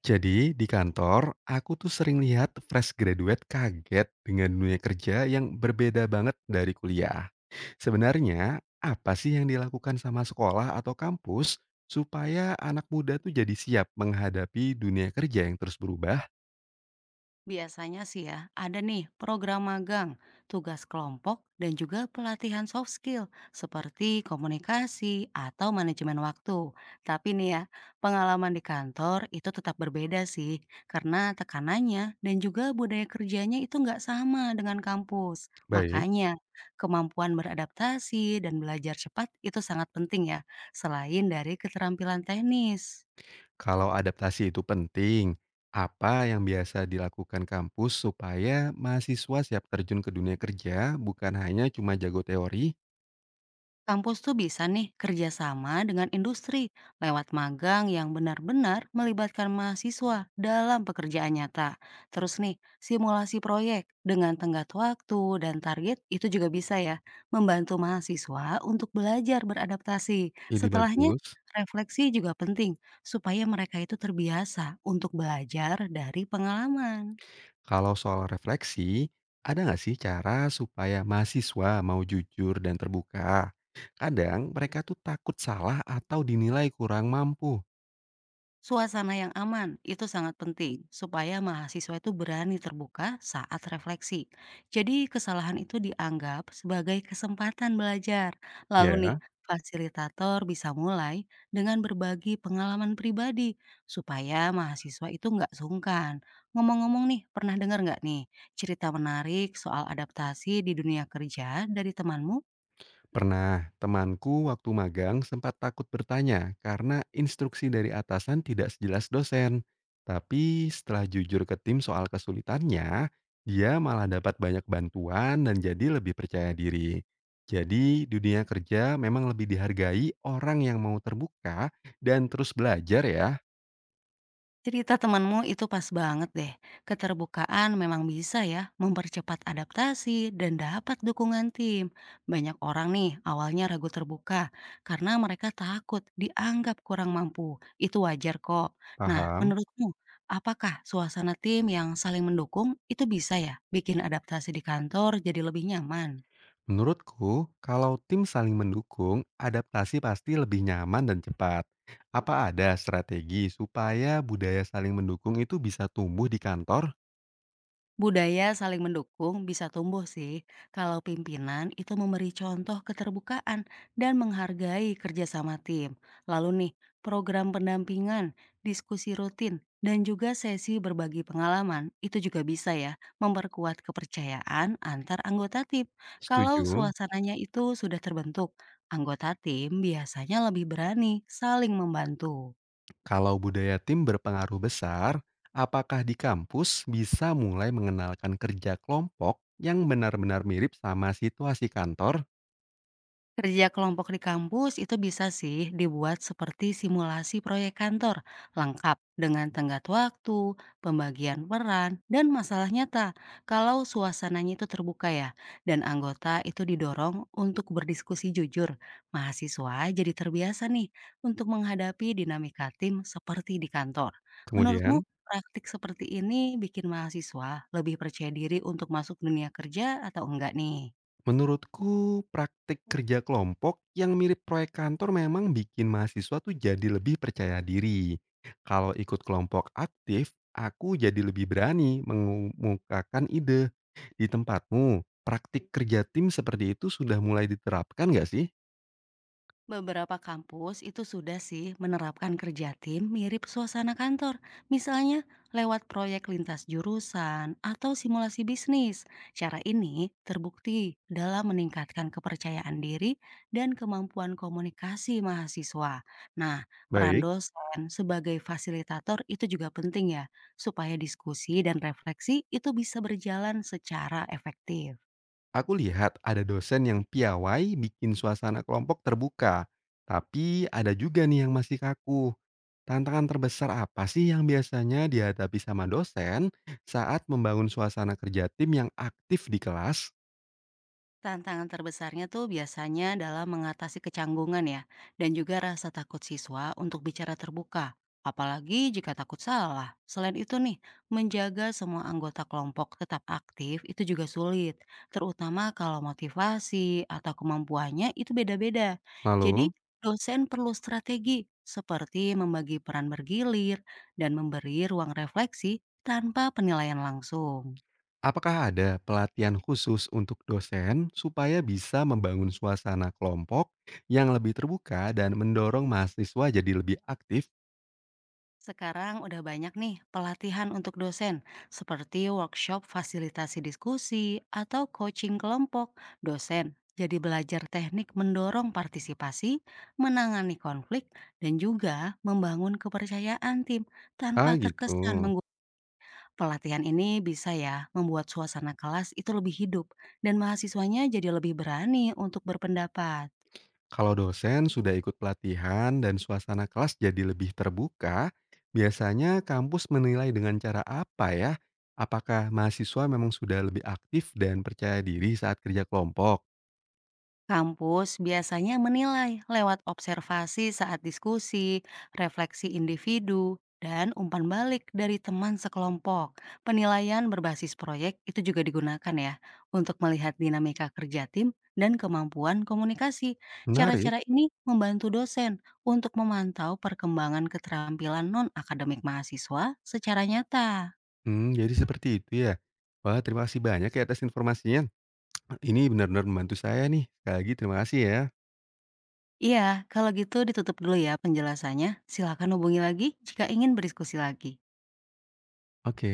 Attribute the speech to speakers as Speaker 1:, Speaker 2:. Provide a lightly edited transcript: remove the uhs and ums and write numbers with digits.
Speaker 1: Jadi di kantor, aku tuh sering lihat fresh graduate kaget dengan dunia kerja yang berbeda banget dari kuliah. Sebenarnya, apa sih yang dilakukan sama sekolah atau kampus supaya anak muda tuh jadi siap menghadapi dunia kerja yang terus berubah?
Speaker 2: Biasanya sih ya, ada nih program magang, tugas kelompok, dan juga pelatihan soft skill seperti komunikasi atau manajemen waktu. Tapi nih ya, pengalaman di kantor itu tetap berbeda sih, karena tekanannya dan juga budaya kerjanya itu nggak sama dengan kampus.
Speaker 1: Baik,
Speaker 2: Makanya, kemampuan beradaptasi dan belajar cepat itu sangat penting ya, selain dari keterampilan teknis.
Speaker 1: kalau adaptasi itu penting, apa yang biasa dilakukan kampus supaya mahasiswa siap terjun ke dunia kerja bukan hanya cuma jago teori?
Speaker 2: Kampus tuh bisa nih kerjasama dengan industri lewat magang yang benar-benar melibatkan mahasiswa dalam pekerjaan nyata. Terus nih, simulasi proyek dengan tenggat waktu dan target itu juga bisa ya membantu mahasiswa untuk belajar beradaptasi.
Speaker 1: Ide
Speaker 2: Setelahnya,
Speaker 1: bagus.
Speaker 2: refleksi juga penting supaya mereka itu terbiasa untuk belajar dari pengalaman.
Speaker 1: Kalau soal refleksi, ada nggak sih cara supaya mahasiswa mau jujur dan terbuka? Kadang mereka tuh takut salah atau dinilai kurang mampu.
Speaker 2: Suasana yang aman itu sangat penting supaya mahasiswa itu berani terbuka saat refleksi. Jadi kesalahan itu dianggap sebagai kesempatan belajar. Lalu nih,
Speaker 1: Ya.
Speaker 2: fasilitator bisa mulai dengan berbagi pengalaman pribadi supaya mahasiswa itu nggak sungkan. Ngomong-ngomong nih, pernah dengar nggak nih cerita menarik soal adaptasi di dunia kerja dari temanmu?
Speaker 1: Pernah, temanku waktu magang sempat takut bertanya karena instruksi dari atasan tidak sejelas dosen. Tapi setelah jujur ke tim soal kesulitannya, dia malah dapat banyak bantuan dan jadi lebih percaya diri. Jadi, dunia kerja memang lebih dihargai orang yang mau terbuka dan terus belajar ya.
Speaker 2: Cerita temanmu itu pas banget deh. Keterbukaan memang bisa ya mempercepat adaptasi dan dapat dukungan tim. Banyak orang nih awalnya ragu terbuka karena mereka takut dianggap kurang mampu. Itu wajar kok. Nah,
Speaker 1: Paham?
Speaker 2: menurutmu apakah suasana tim yang saling mendukung itu bisa ya bikin adaptasi di kantor jadi lebih nyaman?
Speaker 1: Menurutku, kalau tim saling mendukung, adaptasi pasti lebih nyaman dan cepat. Apa ada strategi supaya budaya saling mendukung itu bisa tumbuh di kantor?
Speaker 2: Budaya saling mendukung bisa tumbuh sih kalau pimpinan itu memberi contoh keterbukaan dan menghargai kerjasama tim. Lalu nih, program pendampingan, diskusi rutin, dan juga sesi berbagi pengalaman itu juga bisa ya memperkuat kepercayaan antar anggota tim. Kalau
Speaker 1: Setuju.
Speaker 2: suasananya itu sudah terbentuk, anggota tim biasanya lebih berani saling membantu.
Speaker 1: Kalau budaya tim berpengaruh besar, apakah di kampus bisa mulai mengenalkan kerja kelompok yang benar-benar mirip sama situasi kantor?
Speaker 2: Kerja kelompok di kampus itu bisa sih dibuat seperti simulasi proyek kantor, lengkap dengan tenggat waktu, pembagian peran, dan masalah nyata. Kalau suasananya itu terbuka ya, dan anggota itu didorong untuk berdiskusi jujur, mahasiswa jadi terbiasa nih untuk menghadapi dinamika tim seperti di kantor. Menurutmu,
Speaker 1: Kemudian,
Speaker 2: praktik seperti ini bikin mahasiswa lebih percaya diri untuk masuk dunia kerja atau enggak nih?
Speaker 1: menurutku, praktik kerja kelompok yang mirip proyek kantor memang bikin mahasiswa tuh jadi lebih percaya diri. Kalau ikut kelompok aktif, aku jadi lebih berani mengemukakan ide. Di tempatmu, praktik kerja tim seperti itu sudah mulai diterapkan nggak sih?
Speaker 2: Beberapa kampus itu sudah sih menerapkan kerja tim mirip suasana kantor, misalnya lewat proyek lintas jurusan atau simulasi bisnis. Cara ini terbukti dalam meningkatkan kepercayaan diri dan kemampuan komunikasi mahasiswa. Nah, peran
Speaker 1: Baik.
Speaker 2: dosen sebagai fasilitator itu juga penting ya, supaya diskusi dan refleksi itu bisa berjalan secara efektif.
Speaker 1: Aku lihat ada dosen yang piawai bikin suasana kelompok terbuka, tapi ada juga nih yang masih kaku. Tantangan terbesar apa sih yang biasanya dihadapi sama dosen saat membangun suasana kerja tim yang aktif di kelas?
Speaker 2: Tantangan terbesarnya tuh biasanya dalam mengatasi kecanggungan ya, dan juga rasa takut siswa untuk bicara terbuka. Apalagi jika takut salah. Selain itu nih, menjaga semua anggota kelompok tetap aktif itu juga sulit, terutama kalau motivasi atau kemampuannya itu beda-beda. Jadi,
Speaker 1: Lalu,
Speaker 2: dosen perlu strategi seperti membagi peran bergilir dan memberi ruang refleksi tanpa penilaian langsung.
Speaker 1: apakah ada pelatihan khusus untuk dosen supaya bisa membangun suasana kelompok yang lebih terbuka dan mendorong mahasiswa jadi lebih aktif?
Speaker 2: Sekarang udah banyak nih pelatihan untuk dosen, seperti workshop fasilitasi diskusi atau coaching kelompok dosen. Jadi belajar teknik mendorong partisipasi, menangani konflik, dan juga membangun kepercayaan tim
Speaker 1: Ah
Speaker 2: tanpa
Speaker 1: gitu.
Speaker 2: terkesan menggu. Pelatihan ini bisa ya membuat suasana kelas itu lebih hidup dan mahasiswanya jadi lebih berani untuk berpendapat.
Speaker 1: Kalau dosen sudah ikut pelatihan dan suasana kelas jadi lebih terbuka, biasanya kampus menilai dengan cara apa ya? Apakah mahasiswa memang sudah lebih aktif dan percaya diri saat kerja kelompok?
Speaker 2: Kampus biasanya menilai lewat observasi saat diskusi, refleksi individu, dan umpan balik dari teman sekelompok. Penilaian berbasis proyek itu juga digunakan ya untuk melihat dinamika kerja tim dan kemampuan komunikasi.
Speaker 1: Menarik.
Speaker 2: Cara-cara ini membantu dosen untuk memantau perkembangan keterampilan non-akademik mahasiswa secara nyata.
Speaker 1: Hmm, jadi seperti itu ya. Wah, terima kasih banyak ya atas informasinya. Ini benar-benar membantu saya nih. Sekali lagi terima kasih ya.
Speaker 2: Iya, kalau gitu ditutup dulu ya penjelasannya. Silakan hubungi lagi jika ingin berdiskusi lagi.
Speaker 1: Oke.